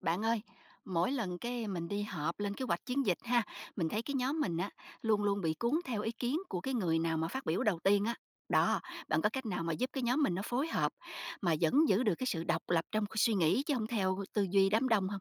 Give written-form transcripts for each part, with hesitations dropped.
Bạn ơi, mỗi lần cái mình đi họp lên kế hoạch chiến dịch ha, mình thấy cái nhóm mình á luôn luôn bị cuốn theo ý kiến của cái người nào mà phát biểu đầu tiên á. Đó, bạn có cách nào mà giúp cái nhóm mình nó phối hợp mà vẫn giữ được cái sự độc lập trong cái suy nghĩ chứ không theo tư duy đám đông không?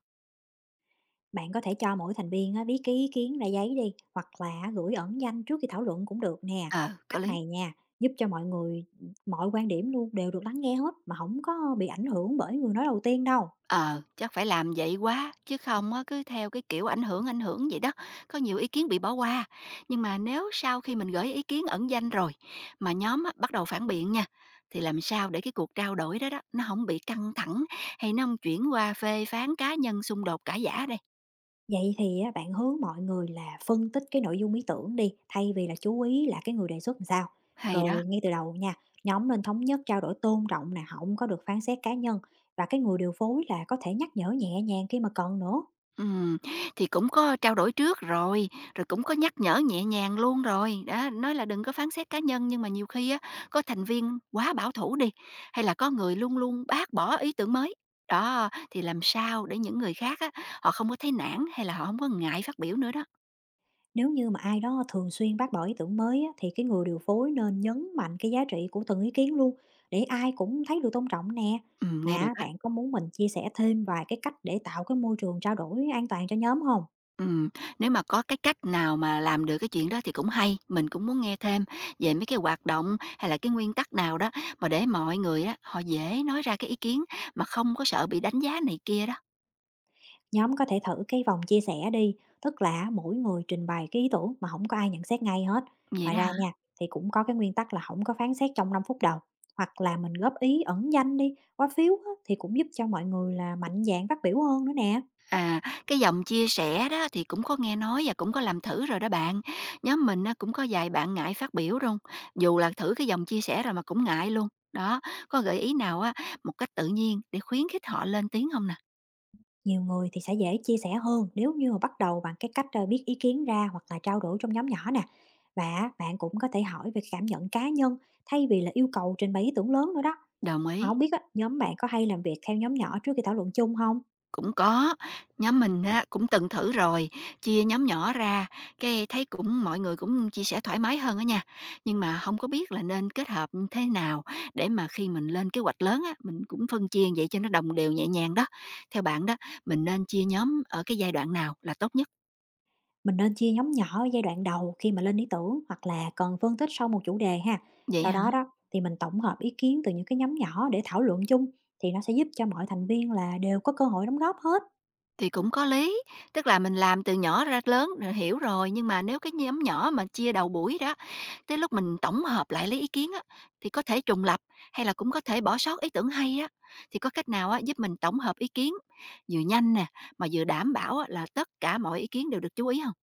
Bạn có thể cho mỗi thành viên á, viết cái ý kiến ra giấy đi, hoặc là gửi ẩn danh trước khi thảo luận cũng được nè. Ờ, có Cách lý. này nha, giúp cho mọi người, mọi quan điểm luôn đều được lắng nghe hết mà không có bị ảnh hưởng bởi người nói đầu tiên đâu. Ờ, chắc phải làm vậy quá, chứ không á cứ theo cái kiểu ảnh hưởng vậy đó, có nhiều ý kiến bị bỏ qua. Nhưng mà nếu sau khi mình gửi ý kiến ẩn danh rồi, mà nhóm á bắt đầu phản biện nha, thì làm sao để cái cuộc trao đổi đó đó, nó không bị căng thẳng, hay nó hông chuyển qua phê phán cá nhân xung đột cãi giả đây? Vậy thì á, bạn hướng mọi người là phân tích cái nội dung ý tưởng đi, thay vì là chú ý là cái người đề xuất làm sao. Hay đó. Rồi ngay từ đầu nha, nhóm nên thống nhất trao đổi tôn trọng nè, không có được phán xét cá nhân, và cái người điều phối là có thể nhắc nhở nhẹ nhàng khi mà cần nữa. Ừm, thì cũng có trao đổi trước rồi, rồi cũng có nhắc nhở nhẹ nhàng luôn rồi. Đó, nói là đừng có phán xét cá nhân nhưng mà nhiều khi á có thành viên quá bảo thủ đi, hay là có người luôn luôn bác bỏ ý tưởng mới. Đó, thì làm sao để những người khác á, họ không có thấy nản hay là họ không có ngại phát biểu nữa đó. Nếu như mà ai đó thường xuyên bác bỏ ý tưởng mới á, thì cái người điều phối nên nhấn mạnh cái giá trị của từng ý kiến luôn, để ai cũng thấy được tôn trọng nè. Nghe được Mà á. bạn có muốn mình chia sẻ thêm vài cái cách để tạo cái môi trường trao đổi an toàn cho nhóm không? Ừm, nếu mà có cái cách nào mà làm được cái chuyện đó thì cũng hay, mình cũng muốn nghe thêm về mấy cái hoạt động hay là cái nguyên tắc nào đó mà để mọi người á, họ dễ nói ra cái ý kiến mà không có sợ bị đánh giá này kia đó. Nhóm có thể thử cái vòng chia sẻ đi, tức là mỗi người trình bày cái ý tưởng mà không có ai nhận xét ngay hết. Vậy Ngoài đó hả? ra nha, thì cũng có cái nguyên tắc là không có phán xét trong 5 phút đầu. Hoặc là mình góp ý ẩn danh đi, qua phiếu á, thì cũng giúp cho mọi người là mạnh dạn phát biểu hơn nữa nè. À, cái dòng chia sẻ đó thì cũng có nghe nói và cũng có làm thử rồi đó bạn. Nhóm mình á, cũng có vài bạn ngại phát biểu luôn, dù là thử cái dòng chia sẻ rồi mà cũng ngại luôn. Đó, có gợi ý nào á một cách tự nhiên để khuyến khích họ lên tiếng không nè? Nhiều người thì sẽ dễ chia sẻ hơn nếu như mà bắt đầu bằng cái cách viết ý kiến ra, hoặc là trao đổi trong nhóm nhỏ nè. Và bạn cũng có thể hỏi về cảm nhận cá nhân, thay vì là yêu cầu trình bày ý tưởng lớn nữa đó. Đồng Mà ý. không biết á, nhóm bạn có hay làm việc theo nhóm nhỏ trước khi thảo luận chung không? Cũng có, nhóm mình á cũng từng thử rồi, chia nhóm nhỏ ra, cái thấy cũng mọi người cũng chia sẻ thoải mái hơn á nha. Nhưng mà không có biết là nên kết hợp như thế nào để mà khi mình lên kế hoạch lớn á, mình cũng phân chia vậy cho nó đồng đều nhẹ nhàng đó. Theo bạn đó, mình nên chia nhóm ở cái giai đoạn nào là tốt nhất Mình nên chia nhóm nhỏ ở giai đoạn đầu, khi mà lên ý tưởng hoặc là cần phân tích sau một chủ đề ha. vậy Sau hả? đó đó thì mình tổng hợp ý kiến từ những cái nhóm nhỏ để thảo luận chung, thì nó sẽ giúp cho mọi thành viên là đều có cơ hội đóng góp hết. Thì cũng có lý, tức là mình làm từ nhỏ ra lớn rồi hiểu rồi, nhưng mà nếu cái nhóm nhỏ mà chia đầu buổi đó, tới lúc mình tổng hợp lại lấy ý kiến á, thì có thể trùng lặp hay là cũng có thể bỏ sót ý tưởng hay á, thì có cách nào á giúp mình tổng hợp ý kiến vừa nhanh nè, mà vừa đảm bảo á là tất cả mọi ý kiến đều được chú ý không?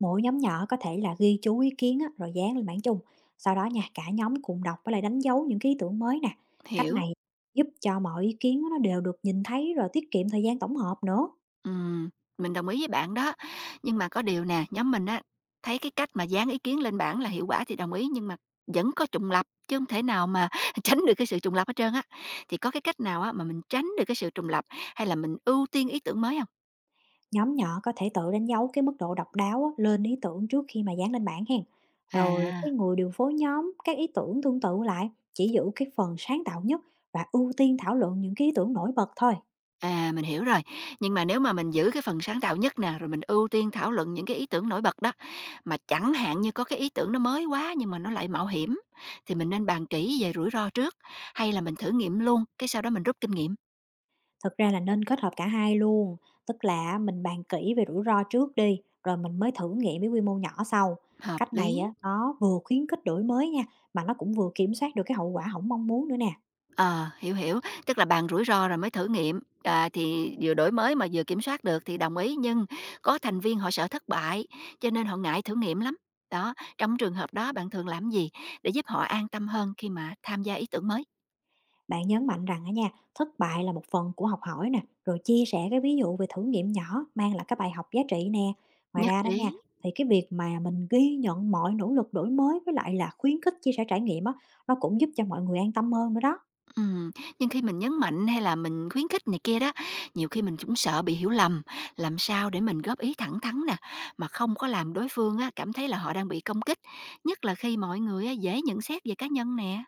Mỗi nhóm nhỏ có thể là ghi chú ý kiến á, rồi dán lên bảng chung. Sau đó nha, cả nhóm cùng đọc với lại đánh dấu những cái ý tưởng mới nè. Cách Hiểu. này giúp cho mọi ý kiến nó đều được nhìn thấy, rồi tiết kiệm thời gian tổng hợp nữa. Ừm, mình đồng ý với bạn đó. Nhưng mà có điều nè, nhóm mình á, thấy cái cách mà dán ý kiến lên bảng là hiệu quả thì đồng ý, nhưng mà vẫn có trùng lặp, chứ không thể nào mà tránh được cái sự trùng lặp hết trơn á. Thì có cái cách nào á, mà mình tránh được cái sự trùng lặp, hay là mình ưu tiên ý tưởng mới không? Nhóm nhỏ có thể tự đánh dấu cái mức độ độc đáo á, lên ý tưởng trước khi mà dán lên bảng hen. Rồi cái À, người điều phối nhóm các ý tưởng tương tự lại, chỉ giữ cái phần sáng tạo nhất và ưu tiên thảo luận những cái ý tưởng nổi bật thôi. à, mình hiểu rồi. Nhưng mà nếu mà mình giữ cái phần sáng tạo nhất nè, rồi mình ưu tiên thảo luận những cái ý tưởng nổi bật đó, mà chẳng hạn như có cái ý tưởng nó mới quá nhưng mà nó lại mạo hiểm, thì mình nên bàn kỹ về rủi ro trước, hay là mình thử nghiệm luôn, cái sau đó mình rút kinh nghiệm? Thực ra là nên kết hợp cả hai luôn, tức là mình bàn kỹ về rủi ro trước đi, rồi mình mới thử nghiệm với quy mô nhỏ sau. Hợp Cách này lý. á, nó vừa khuyến khích đổi mới nha, mà nó cũng vừa kiểm soát được cái hậu quả không mong muốn nữa nè. Ờ, hiểu, tức là bàn rủi ro rồi mới thử nghiệm, à, thì vừa đổi mới mà vừa kiểm soát được thì đồng ý, nhưng có thành viên họ sợ thất bại, cho nên họ ngại thử nghiệm lắm. Đó, trong trường hợp đó bạn thường làm gì để giúp họ an tâm hơn khi mà tham gia ý tưởng mới? Bạn nhấn mạnh rằng á nha, thất bại là một phần của học hỏi nè, rồi chia sẻ cái ví dụ về thử nghiệm nhỏ mang lại cái bài học giá trị nè. Ngoài Nhất ra đó nha, trí, thì cái việc mà mình ghi nhận mọi nỗ lực đổi mới với lại là khuyến khích chia sẻ trải nghiệm á, nó cũng giúp cho mọi người an tâm hơn nữa đó. ừm, nhưng khi mình nhấn mạnh hay là mình khuyến khích này kia đó, nhiều khi mình cũng sợ bị hiểu lầm, làm sao để mình góp ý thẳng thắn nè, mà không có làm đối phương á cảm thấy là họ đang bị công kích, nhất là khi mọi người á dễ nhận xét về cá nhân nè.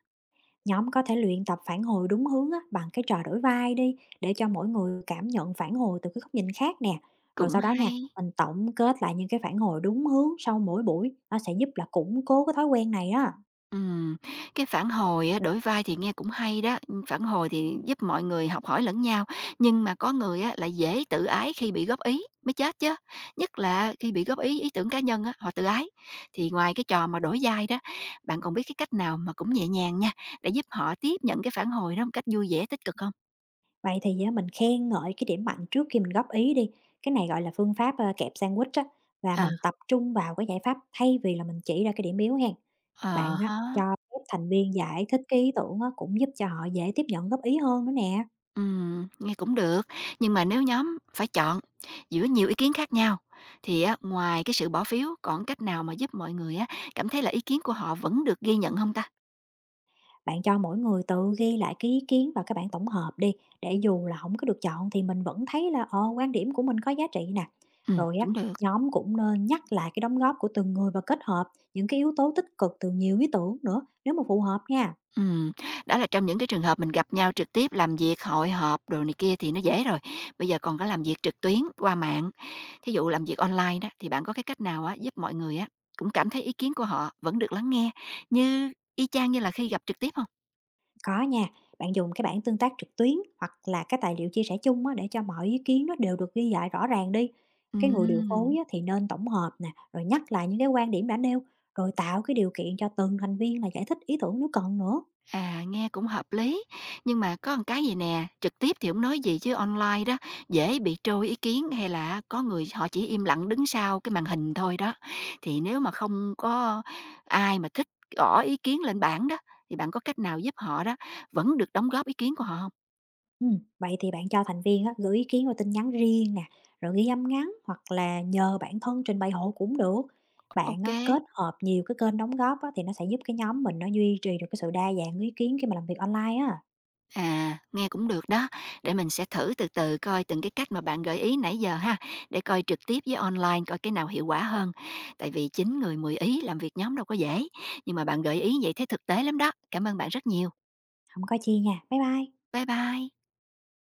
Nhóm có thể luyện tập phản hồi đúng hướng á, bằng cái trò đổi vai đi, để cho mỗi người cảm nhận phản hồi từ cái góc nhìn khác nè. Rồi Cũng sau đó nha, hay. mình tổng kết lại những cái phản hồi đúng hướng sau mỗi buổi, nó sẽ giúp là củng cố cái thói quen này đó. Ừm, cái phản hồi á, đổi vai thì nghe cũng hay đó, phản hồi thì giúp mọi người học hỏi lẫn nhau, nhưng mà có người á, lại dễ tự ái khi bị góp ý, mới chết chứ? Nhất là khi bị góp ý ý tưởng cá nhân á, họ tự ái. Thì ngoài cái trò mà đổi vai đó, bạn còn biết cái cách nào mà cũng nhẹ nhàng nha, để giúp họ tiếp nhận cái phản hồi đó một cách vui vẻ, tích cực không? Vậy thì á, mình khen ngợi cái điểm mạnh trước khi mình góp ý đi. Cái này gọi là phương pháp kẹp sandwich á, và À, mình tập trung vào cái giải pháp, thay vì là mình chỉ ra cái điểm yếu hen. ờ Bạn á, ha. cho phép thành viên giải thích cái ý tưởng á, cũng giúp cho họ dễ tiếp nhận góp ý hơn nữa nè. Nghe cũng được, nhưng mà nếu nhóm phải chọn giữa nhiều ý kiến khác nhau thì á, ngoài cái sự bỏ phiếu còn cách nào mà giúp mọi người á, cảm thấy là ý kiến của họ vẫn được ghi nhận không ta? Bạn cho mỗi người tự ghi lại cái ý kiến vào cái bảng tổng hợp đi, để dù là không có được chọn thì mình vẫn thấy là, ờ, quan điểm của mình có giá trị nè. Rồi á, Cũng được. nhóm cũng nên nhắc lại cái đóng góp của từng người và kết hợp những cái yếu tố tích cực từ nhiều ý tưởng nữa, nếu mà phù hợp nha. Ừm, đó là trong những cái trường hợp mình gặp nhau trực tiếp làm việc, hội họp đồ này kia thì nó dễ rồi. Bây giờ còn có làm việc trực tuyến qua mạng. Thí dụ làm việc online đó thì bạn có cái cách nào á, giúp mọi người á, cũng cảm thấy ý kiến của họ vẫn được lắng nghe như y chang như là khi gặp trực tiếp không? Có nha, bạn dùng cái bảng tương tác trực tuyến hoặc là cái tài liệu chia sẻ chung á, để cho mọi ý kiến nó đều được ghi lại rõ ràng đi. Cái người điều Ừm. phối á, thì nên tổng hợp nè, rồi nhắc lại những cái quan điểm đã nêu, rồi tạo cái điều kiện cho từng thành viên là giải thích ý tưởng nếu cần nữa. À, nghe cũng hợp lý, nhưng mà có một cái gì nè, trực tiếp thì hổng nói gì chứ online đó, dễ bị trôi ý kiến hay là có người họ chỉ im lặng đứng sau cái màn hình thôi đó. Thì nếu mà không có ai mà thích gõ ý kiến lên bảng đó, thì bạn có cách nào giúp họ đó vẫn được đóng góp ý kiến của họ không? Vậy thì bạn cho thành viên á, gửi ý kiến qua tin nhắn riêng nè, rồi ghi âm ngắn hoặc là nhờ bản thân trình bày hộ cũng được. Bạn OK. á, kết hợp nhiều cái kênh đóng góp á, thì nó sẽ giúp cái nhóm mình nó duy trì được cái sự đa dạng ý kiến khi mà làm việc online á. À, nghe cũng được đó, để mình sẽ thử từ từ coi từng cái cách mà bạn gợi ý nãy giờ ha, để coi trực tiếp với online coi cái nào hiệu quả hơn. Tại vì 9 người 10 ý làm việc nhóm đâu có dễ, nhưng mà bạn gợi ý vậy thấy thực tế lắm đó. Cảm ơn bạn rất nhiều. Không có chi nha. Bye bye. Bye bye.